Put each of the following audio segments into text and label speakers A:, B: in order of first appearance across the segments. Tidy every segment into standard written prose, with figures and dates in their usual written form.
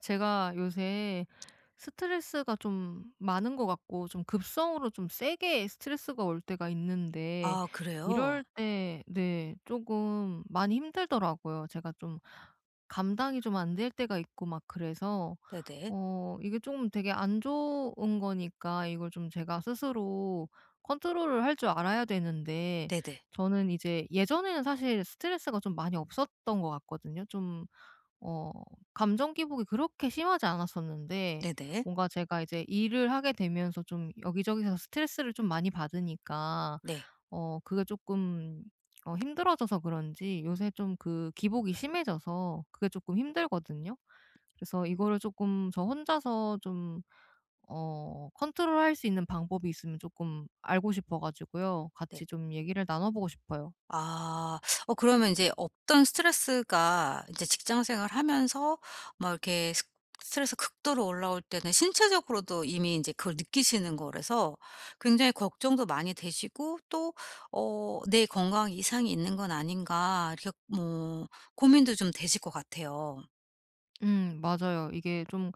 A: 제가 요새 스트레스가 좀 많은 것 같고 좀 급성으로 좀 세게 스트레스가 올 때가 있는데
B: 아 그래요?
A: 이럴 때네 조금 많이 힘들더라고요. 제가 좀 감당이 좀 안 될 때가 있고 막 그래서
B: 네네.
A: 이게 조금 되게 안 좋은 거니까 이걸 좀 제가 스스로 컨트롤을 할 줄 알아야 되는데,
B: 네네.
A: 저는 이제 예전에는 사실 스트레스가 좀 많이 없었던 것 같거든요. 어 감정 기복이 그렇게 심하지 않았었는데
B: 네네.
A: 뭔가 제가 이제 일을 하게 되면서 좀 여기저기서 스트레스를 좀 많이 받으니까
B: 네.
A: 그게 조금 힘들어져서 그런지 요새 좀 그 기복이 심해져서 그게 조금 힘들거든요. 그래서 이거를 조금 저 혼자서 컨트롤할 수 있는 방법이 있으면 조금 알고 싶어 가지고요.
B: 네.
A: 같이 좀 얘기를 나눠 보고 싶어요.
B: 아. 그러면 이제 없던 스트레스가 이제 직장 생활하면서 막 이렇게 스 스트레스 극도로 올라올 때는 신체적으로도 이미 이제 그걸 느끼시는 거라서 굉장히 걱정도 많이 되시고 또 '내 건강 이상이 있는 건 아닌가.' 이렇게 뭐 고민도 좀 되실 것 같아요.
A: 음, 맞아요. 이게 좀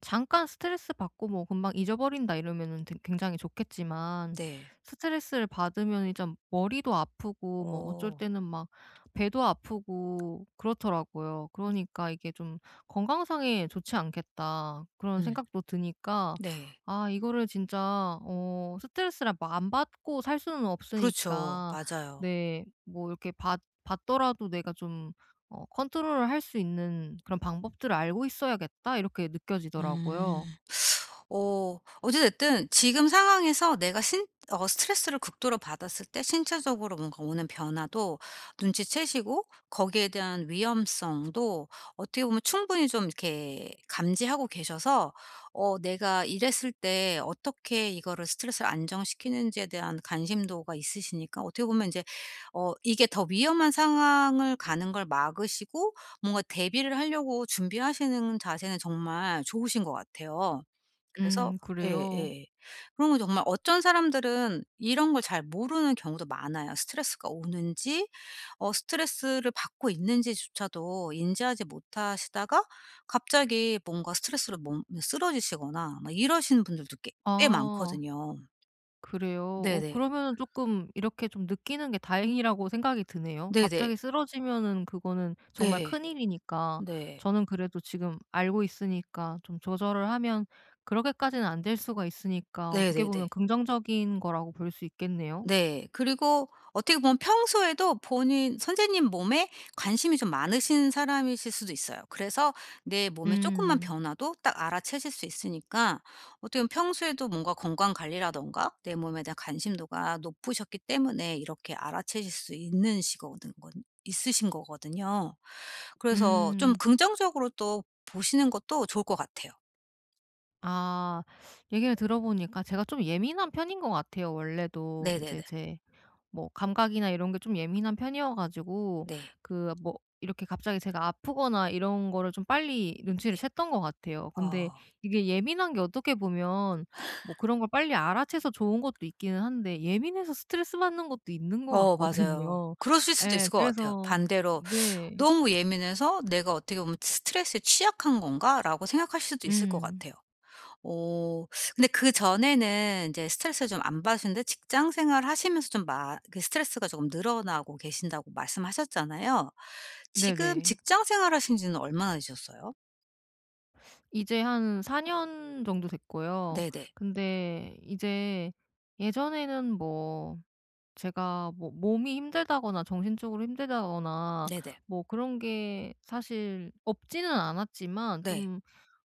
A: 잠깐 스트레스 받고 뭐 '금방 잊어버린다.' 이러면은 되 굉장히 좋겠지만,
B: 네.
A: 스트레스를 받으면 이제 머리도 아프고 뭐 어쩔
B: 어.
A: 때는 막 배도 아프고 그렇더라고요. 그러니까 이게 좀 '건강상에 좋지 않겠다.' 그런
B: 음.
A: 생각도 드니까,
B: 네.
A: 아 이거를 진짜 스트레스를 안 받고 살 수는
B: 그렇죠.
A: 없으니까
B: 맞아요.
A: 네 뭐 이렇게 받 받더라도 '내가 좀 컨트롤을 할 수 있는 그런 방법들을 알고 있어야겠다.' 이렇게 느껴지더라고요.
B: 음. 어찌 됐든 지금 상황에서 내가 신 어 스트레스를 극도로 받았을 때 신체적으로 뭔가 오는 변화도 눈치채시고 거기에 대한 위험성도 어떻게 보면 충분히 좀 이렇게 감지하고 계셔서 내가 이랬을 때 어떻게 이거를 스트레스를 안정시키는지에 대한 관심도가 있으시니까 어떻게 보면 이제 이게 더 위험한 상황을 가는 걸 막으시고 뭔가 대비를 하려고 준비하시는 자세는 정말 좋으신 것 같아요. 그래서
A: 그래요?
B: 예예. 그러면 정말 어떤 사람들은 이런 걸 잘 모르는 경우도 많아요. 스트레스가 오는지 스트레스를 받고 있는지조차도 인지하지 못하시다가 갑자기 뭔가 스트레스로 몸 쓰러지시거나 막 이러시는 분들도 꽤
A: 아
B: 많거든요.
A: 그래요? 어
B: 네네.
A: 그러면은 조금 이렇게 좀 느끼는 게 다행이라고 생각이 드네요.
B: 네네.
A: 갑자기 쓰러지면은 그거는 정말
B: 네.
A: 큰일이니까.
B: 네.
A: 저는 그래도 지금 알고 있으니까 좀 조절을 하면 그렇게까지는 안 될 수가 있으니까 어떻게
B: 네네네.
A: 보면 긍정적인 거라고 볼 수 있겠네요.
B: 네. 그리고 어떻게 보면 평소에도 본인 선생님 몸에 관심이 좀 많으신 사람이실 수도 있어요. 그래서 내 몸에 조금만
A: 음.
B: 변화도 딱 알아채실 수 있으니까 어떻게 보면 평소에도 뭔가 건강 관리라든가 내 몸에 대한 관심도가 높으셨기 때문에 이렇게 알아채실 수 있는 시거든 건 있으신 거거든요. 그래서 좀
A: 음.
B: 긍정적으로 또 보시는 것도 좋을 것 같아요.
A: 아, 얘기를 들어보니까 제가 좀 예민한 편인 것 같아요 원래도.
B: 네네네.
A: 이제 제 뭐 감각이나 이런 게 좀 예민한 편이어 가지고
B: 네.
A: 그 뭐 이렇게 갑자기 제가 아프거나 이런 거를 좀 빨리 눈치를
B: 네.
A: 챘던 것 같아요. 근데
B: 어.
A: 이게 예민한 게 어떻게 보면 뭐 그런 걸 빨리 알아채서 좋은 것도 있기는 한데 예민해서 스트레스 받는 것도 있는 것
B: 맞아요.
A: 같거든요.
B: 그러실 수도 있을
A: 예.
B: 것 같아요.
A: 그래서
B: 반대로
A: 네.
B: 너무 예민해서 '내가 어떻게 보면 스트레스에 취약한 건가?'라고 생각하실 수도 있을 것
A: 음.
B: 같아요. 어 근데 그전에는 인제 스트레스를 좀 안 받으셨는데 직장 생활 하시면서 좀 마 그 스트레스가 조금 늘어나고 계신다고 말씀하셨잖아요. 지금
A: 네네.
B: 직장 생활 하신 지는 얼마나 되셨어요?
A: 이제 한 4년 정도 됐고요.
B: 네네.
A: 근데 이제 예전에는 뭐 제가 뭐 몸이 힘들다거나 정신적으로 힘들다거나
B: 네네.
A: 뭐 그런 게 사실 없지는 않았지만
B: 네.
A: 좀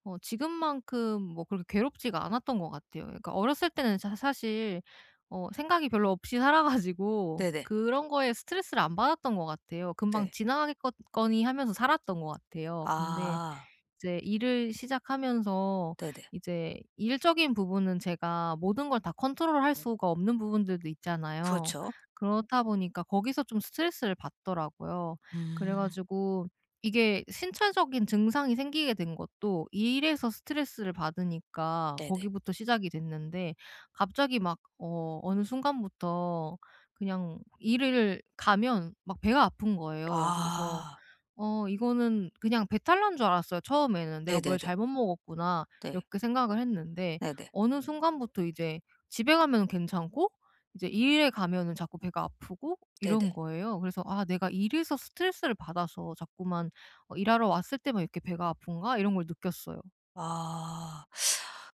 A: 지금만큼 뭐 그렇게 괴롭지가 않았던 것 같아요. 그러니까 어렸을 때는 자 사실 생각이 별로 없이 살아 가지고
B: 네네.
A: 그런 거에 스트레스를 안 받았던 것 같아요. 금방
B: 네.
A: 지나가겠거 거니 하면서 살았던 것 같아요. 근데
B: 아
A: 이제 일을 시작하면서
B: 네네.
A: 이제 일적인 부분은 제가 모든 걸 다 컨트롤할 수가 없는 부분들도 있잖아요.
B: 그렇죠.
A: 그렇다 보니까 거기서 좀 스트레스를 받더라고요. 그래
B: 음
A: 가지고 이게 신체적인 증상이 생기게 된 것도 일에서 스트레스를 받으니까
B: 네네.
A: 거기부터 시작이 됐는데, 갑자기 막 어느 순간부터 그냥 일을 가면 막 배가 아픈 거예요. 그래서
B: 아
A: 이거는 그냥 배탈 난 줄 알았어요 처음에는. '내가 뭘
B: 네네네.
A: 잘못 먹었구나.'
B: 네.
A: 이렇게 생각을 했는데,
B: 네네.
A: 어느 순간부터 이제 집에 가면은 괜찮고 이제 일에 가면은 자꾸 배가 아프고
B: 네네.
A: 이런 거예요. 그래서 '아 내가 일에서 스트레스를 받아서 자꾸만 일하러 왔을 때만 이렇게 배가 아픈가?' 이런 걸 느꼈어요.
B: 아.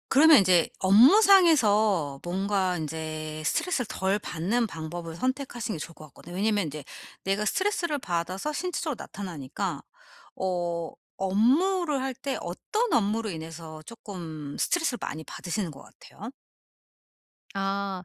B: 그러면 인제 업무상에서 뭔가 인제 스트레스를 덜 받는 방법을 선택하시는 게 좋을 것 같거든요. 왜냐면 인제 내가 스트레스를 받아서 신체적으로 나타나니까 어 업무를 할 때 어떤 업무로 인해서 쪼끔 스트레스를 많이 받으시는 것 같아요?
A: 아.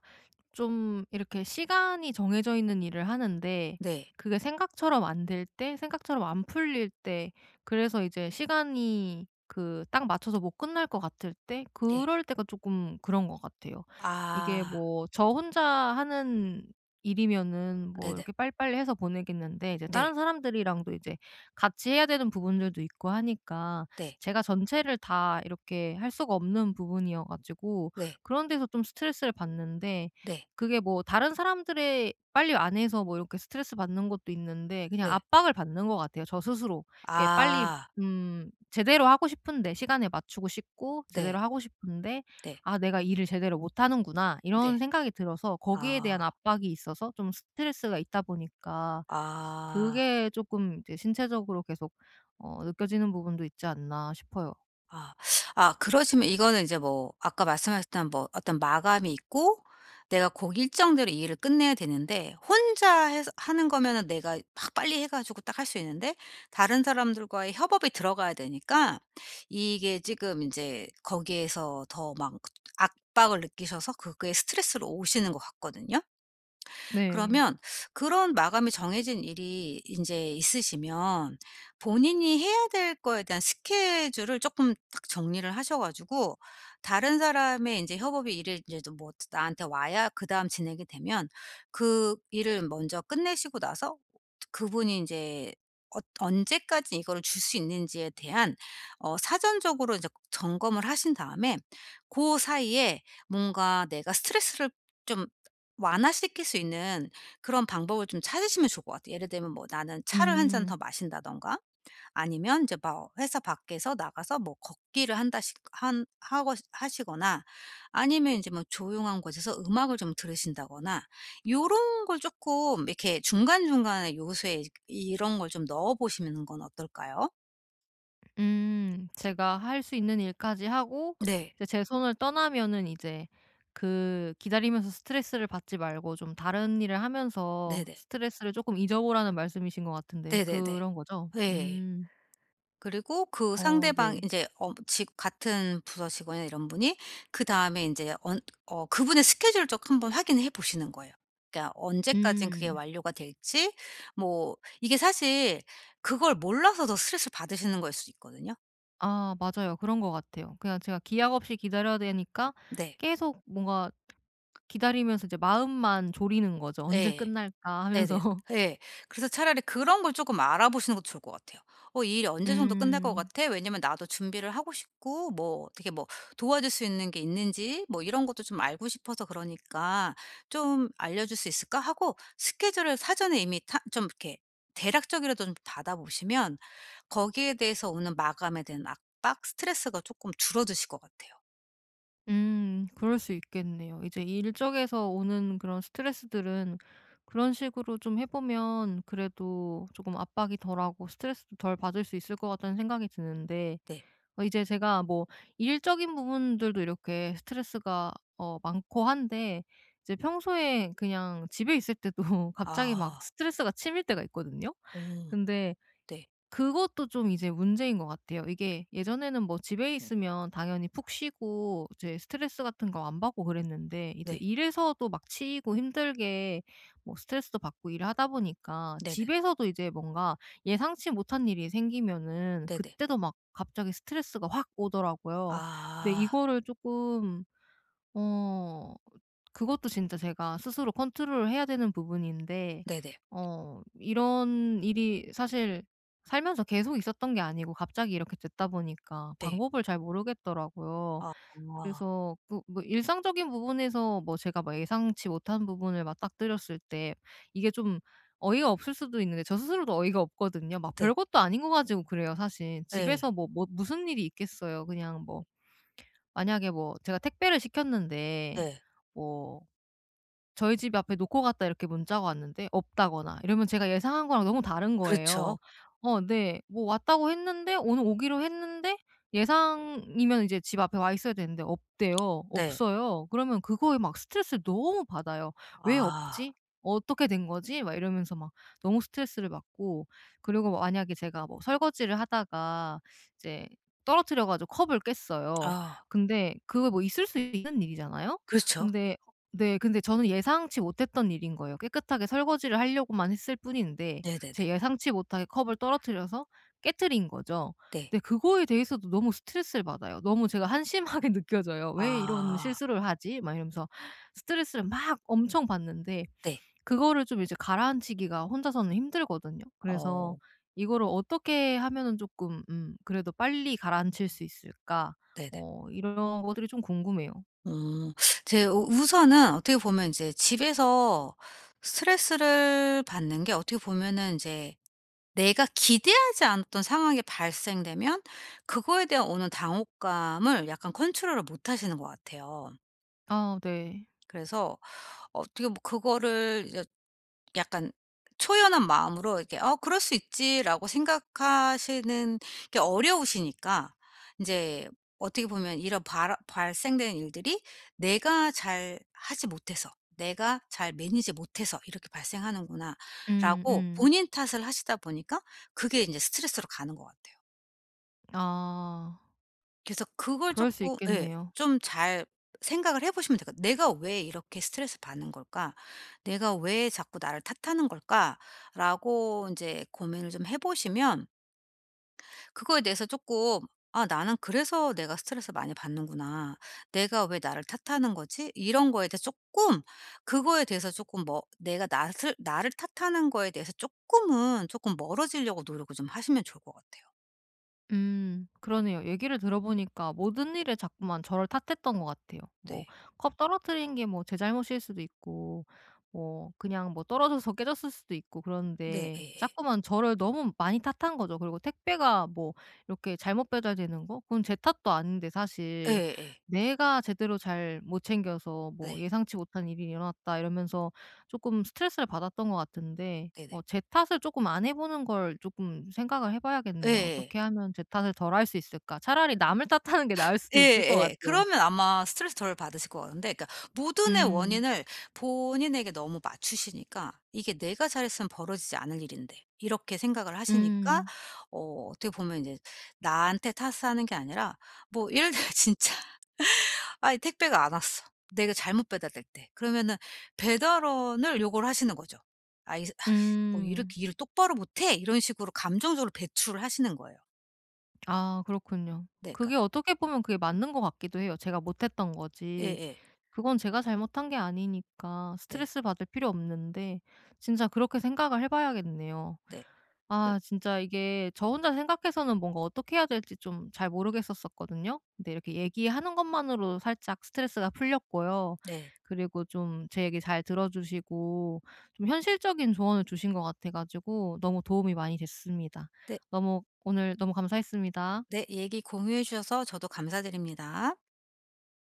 A: 좀 이렇게 시간이 정해져 있는 일을 하는데
B: 네.
A: 그게 생각처럼 안 될 때, 생각처럼 안 풀릴 때, 그래서 이제 시간이 그 딱 맞춰서 못 끝날 것 같을 때,
B: 네.
A: 그럴 때가 조금 그런 것 같아요. 이게
B: 아.
A: 뭐 저 혼자 하는 일이면은 뭐
B: 네네.
A: 이렇게 빨리빨리 해서 보내겠는데 이제
B: 네.
A: 다른 사람들이랑도 이제 같이 해야 되는 부분들도 있고 하니까
B: 네.
A: 제가 전체를 다 이렇게 할 수가 없는 부분이어가지고
B: 네.
A: 그런 데서 좀 스트레스를 받는데,
B: 네.
A: 그게 뭐 다른 사람들의 빨리 안 해서 뭐 이렇게 스트레스 받는 것도 있는데 그냥
B: 네.
A: 압박을 받는 것 같아요 저 스스로. 이렇게 빨리
B: 아.
A: 제대로 하고 싶은데 시간에 맞추고 싶고
B: 네.
A: 제대로 하고 싶은데
B: 네.
A: '아 내가 일을 제대로 못 하는구나.'
B: 네.
A: 이런 생각이 들어서 거기에
B: 아.
A: 대한 압박이 있어서 좀 스트레스가 있다 보니까
B: 아.
A: 그게 쪼끔 이제 신체적으로 계속 느껴지는 부분도 있지 않나 싶어요.
B: 아. 아 그러시면 이거는 이제 뭐 아까 말씀하셨던 뭐 어떤 마감이 있고 내가 곡 일정대로 이 일을 끝내야 되는데 혼자 해서 하는 거면은 내가 막 빨리 해 가지고 딱 할 수 있는데 다른 사람들과의 협업이 들어가야 되니까 이게 지금 이제 거기에서 더 막 압박을 느끼셔서 그게 스트레스로 오시는 것 같거든요.
A: 네.
B: 그러면 그런 마감이 정해진 일이 인제 있으시면 본인이 해야 될 거에 대한 스케줄을 쪼끔 딱 정리를 하셔 가지고 다른 사람의 인제 협업이 일이 인제 도 뭐 나한테 와야 그다음 진행이 되면 그 일을 먼저 끝내시고 나서 그분이 인제 엇 언제까지 이거를 줄 수 있는지에 대한 사전적으로 이제 점검을 하신 다음에 고 사이에 뭔가 내가 스트레스를 좀 완화시킬 수 있는 그런 방법을 좀 찾으시면 좋을 것 같아요. 예를 들면 뭐 나는 차를 한 잔 더
A: 음.
B: 마신다든가 아니면 이제 막 회사 밖에서 나가서 뭐 걷기를 한다시 한 하고 하시거나 아니면 이제 뭐 조용한 곳에서 음악을 좀 들으신다거나 요런 걸 조금 이렇게 중간중간에 요소에 이런 걸 좀 넣어 보시는 건 어떨까요?
A: 음. 제가 할 수 있는 일까지 하고
B: 네.
A: 이제 제 손을 떠나면은 이제 그 기다리면서 스트레스를 받지 말고 좀 다른 일을 하면서
B: 네네.
A: 스트레스를 조금 잊어보라는 말씀이신 것 같은데
B: 네네네.
A: 그런 거죠?
B: 예.
A: 음.
B: 그리고 그
A: 어
B: 상대방 이
A: 네.
B: 제 어 지 같은 부서 직원이나 이런 분이 그다음에 이제 언 어 그분의 스케줄 쪽 한번 확인해 보시는 거예요. 그러니까 언제까지 그게
A: 음.
B: 완료가 될지 뭐 이게 사실 그걸 몰라서 더 스트레스를 받으시는 거일 수도 있거든요.
A: 아 맞아요. 그런 것 같아요. 그냥 제가 기약 없이 기다려야 되니까
B: 네.
A: 계속 뭔가 기다리면서 이제 마음만 졸이는 거죠. '언제
B: 예.
A: 끝날까?' 하면서.
B: 네네. 예. 그래서 차라리 그런 걸 조금 알아보시는 것도 좋을 것 같아요. '어 이 일이 언제 정도 끝날 것
A: 음.
B: 같아?' 왜냐면 나도 준비를 하고 싶고 뭐 어떻게 뭐 도와줄 수 있는 게 있는지 뭐 이런 것도 좀 알고 싶어서 그러니까 "좀 알려줄 수 있을까?" 하고 스케줄을 사전에 이미 타 좀 이렇게 대략적이라도 좀 받아 보시면 거기에 대해서 오는 마감에 대한 아 빡 스트레스가 조금 줄어드실 것 같아요.
A: 그럴 수 있겠네요. 이제 일 쪽에서 오는 그런 스트레스들은 그런 식으로 좀 해 보면 그래도 조금 압박이 덜하고 스트레스도 덜 받을 수 있을 것 같다는 생각이 드는데,
B: 네.
A: 이제 제가 뭐 일적인 부분들도 이렇게 스트레스가 많고 한데 이제 평소에 그냥 집에 있을 때도 갑자기 막
B: 아.
A: 스트레스가 치밀 때가 있거든요.
B: 어.
A: 근데
B: 네.
A: 그것도 좀 이제 문제인 것 같아요. 이게 예전에는 뭐 집에 네. 있으면 당연히 푹 쉬고 이제 스트레스 같은 거 안 받고 그랬는데 이제
B: 네.
A: 일에서도 막 치이고 힘들게 뭐 스트레스도 받고 일을 하다 보니까
B: 네네.
A: 집에서도 이제 뭔가 예상치 못한 일이 생기면은
B: 네네.
A: 그때도 막 갑자기 스트레스가 확 오더라고요. 근데
B: 아.
A: 이거를 조금... 어 그것도 진짜 제가 스스로 컨트롤을 해야 되는 부분인데
B: 네네.
A: 이런 일이 사실 살면서 계속 있었던 게 아니고 갑자기 이렇게 됐다 보니까
B: 네.
A: 방법을 잘 모르겠더라고요.
B: 아. 아,
A: 그래서 그 뭐 일상적인 부분에서 뭐 제가 뭐 예상치 못한 부분을 맞닥뜨렸을 때 이게 좀 어이가 없을 수도 있는데 저 스스로도 어이가 없거든요. 막
B: 네.
A: 별것도 아닌 거 가지고 그래요, 사실.
B: 네.
A: 집에서 뭐 뭐 무슨 일이 있겠어요. 그냥 뭐 만약에 뭐 제가 택배를 시켰는데
B: 네.
A: 뭐 저희 집 앞에 놓고 갔다 이렇게 문자가 왔는데 없다거나 이러면 제가 예상한 거랑 너무 다른
B: 그렇죠.
A: 거예요. 어 네. 뭐 왔다고 했는데 오늘 오기로 했는데 예상이면 이제 집 앞에 와 있어야 되는데 없대요.
B: 네.
A: 없어요. 그러면 그거에 막 스트레스를 너무 받아요. '왜
B: 아.
A: 없지? 어떻게 된 거지?' 막 이러면서 막 너무 스트레스를 받고, 그리고 만약에 제가 뭐 설거지를 하다가 이제 떨어뜨려 가지고 컵을 깼어요.
B: 아.
A: 근데 그거 뭐 있을 수 있는 일이잖아요.
B: 그렇죠.
A: 근데 네. 근데 저는 예상치 못했던 일인 거예요. 깨끗하게 설거지를 하려고만 했을 뿐인데 제
B: 네네네.
A: 예상치 못하게 컵을 떨어뜨려서 깨트린 거죠.
B: 네.
A: 근데 그거에 대해서도 너무 스트레스를 받아요. 너무 제가 한심하게 느껴져요. '왜 이런
B: 아.
A: 실수를 하지?' 막 이러면서 스트레스를 막 엄청 받는데
B: 네.
A: 그거를 좀 이제 가라앉히기가 혼자서는 힘들거든요. 그래서
B: 어
A: 이거를 어떻게 하면은 조금 그래도 빨리 가라앉힐 수 있을까?
B: 네네.
A: 이런 것들이 좀 궁금해요.
B: 음. 제 우 우선은 어떻게 보면 이제 집에서 스트레스를 받는 게 어떻게 보면은 제 내가 기대하지 않았던 상황이 발생되면 그거에 대한 오는 당혹감을 약간 컨트롤을 못 하시는 것 같아요.
A: 아 네.
B: 그래서 어떻게 뭐 그거를 이제 약간 초연한 마음으로 이렇게 '어 그럴 수 있지.'라고 생각하시는 게 어려우시니까 인제 어떻게 보면 이런 발아 발생되는 일들이 내가 잘 하지 못해서, 내가 잘 매니지 못해서 이렇게 발생하는구나라고
A: 음음.
B: 본인 탓을 하시다 보니까 그게 인제 스트레스로 가는 것 같아요.
A: 아.
B: 그래서 그걸
A: 그럴 수
B: 조금 예.
A: 있겠네요.
B: 좀 잘 생각을 해 보시면 돼요 '내가 왜 이렇게 스트레스 받는 걸까? 내가 왜 자꾸 나를 탓하는 걸까?'라고 인제 고민을 좀 해 보시면 그거에 대해서 쪼끔 '아 나는 그래서 내가 스트레스 많이 받는구나. 내가 왜 나를 탓하는 거지?' 이런 거에 대해서 쪼끔 그거에 대해서 쪼끔 뭐 내가 낫을 나를 탓하는 거에 대해서 쪼끔 멀어지려고 노력을 좀 하시면 좋을 것 같아요.
A: 그러네요. 얘기를 들어보니까 모든 일에 자꾸만 저를 탓했던 것 같아요. 뭐
B: 네.
A: 컵 떨어뜨린 게 뭐 제 잘못일 수도 있고 뭐 그냥 뭐 떨어져서 깨졌을 수도 있고
B: 네
A: 그런데
B: 예예.
A: 자꾸만 저를 너무 많이 탓한 거죠. 그리고 택배가 뭐 이렇게 잘못 배달되는 거 그건 제 탓도 아닌데 사실
B: 예예.
A: '내가 제대로 잘 못 챙겨서 뭐
B: 네.
A: 예상치 못한 일이 일어났다.' 이러면서 조금 스트레스를 받았던 것 같은데
B: 네네.
A: 제 탓을 조금 안 해 보는 걸 조금 생각을 해 봐야겠네요.
B: 예.
A: '어떻게 하면 제 탓을 덜 할 수 있을까?' 차라리 남을 탓하는 게 나을 수도 있을 것
B: 예예.
A: 같아요.
B: 그러면 아마 스트레스 덜 받으실 것 같은데 그러니까 모든의
A: 음.
B: 원인을 본인에게 너무 맞추시니까 '이게 내가 잘했으면 벌어지지 않을 일인데.' 이렇게 생각을 하시니까
A: 음.
B: 어 어떻게 보면 인제 나한테 탓하는 게 아니라 뭐 예를 들어 진짜 '아이 택배가 안 왔어.' 내가 잘못 배달될 때. 그러면은 배달원을 욕을 하시는 거죠. '아이 아이씨 뭐
A: 음.
B: 이렇게 일을 똑바로 못 해.' 이런 식으로 감정적으로 배출을 하시는 거예요.
A: 아 그렇군요.
B: 네
A: 그게
B: 그러니까
A: 어떻게 보면 그게 맞는 것 같기도 해요. 제가 못 했던 거지.
B: 예예.
A: 그건 제가 잘못한 게 아니니까
B: 네.
A: 스트레스 받을 필요 없는데 진짜 그렇게 생각을 해 봐야겠네요.
B: 네. 그
A: 아 진짜 이게 저 혼자 생각해서는 뭔가 어떻게 해야 될지 좀 잘 모르겠었었거든요. 근데 이렇게 얘기하는 것만으로 살짝 스트레스가 풀렸고요.
B: 네.
A: 그리고 좀 제 얘기 잘 들어주시고 좀 현실적인 조언을 주신 것 같아 가지고 너무 도움이 많이 됐습니다.
B: 네.
A: 너무 오늘 너무 감사했습니다.
B: 네. 얘기 공유해 주셔서 저도 감사드립니다.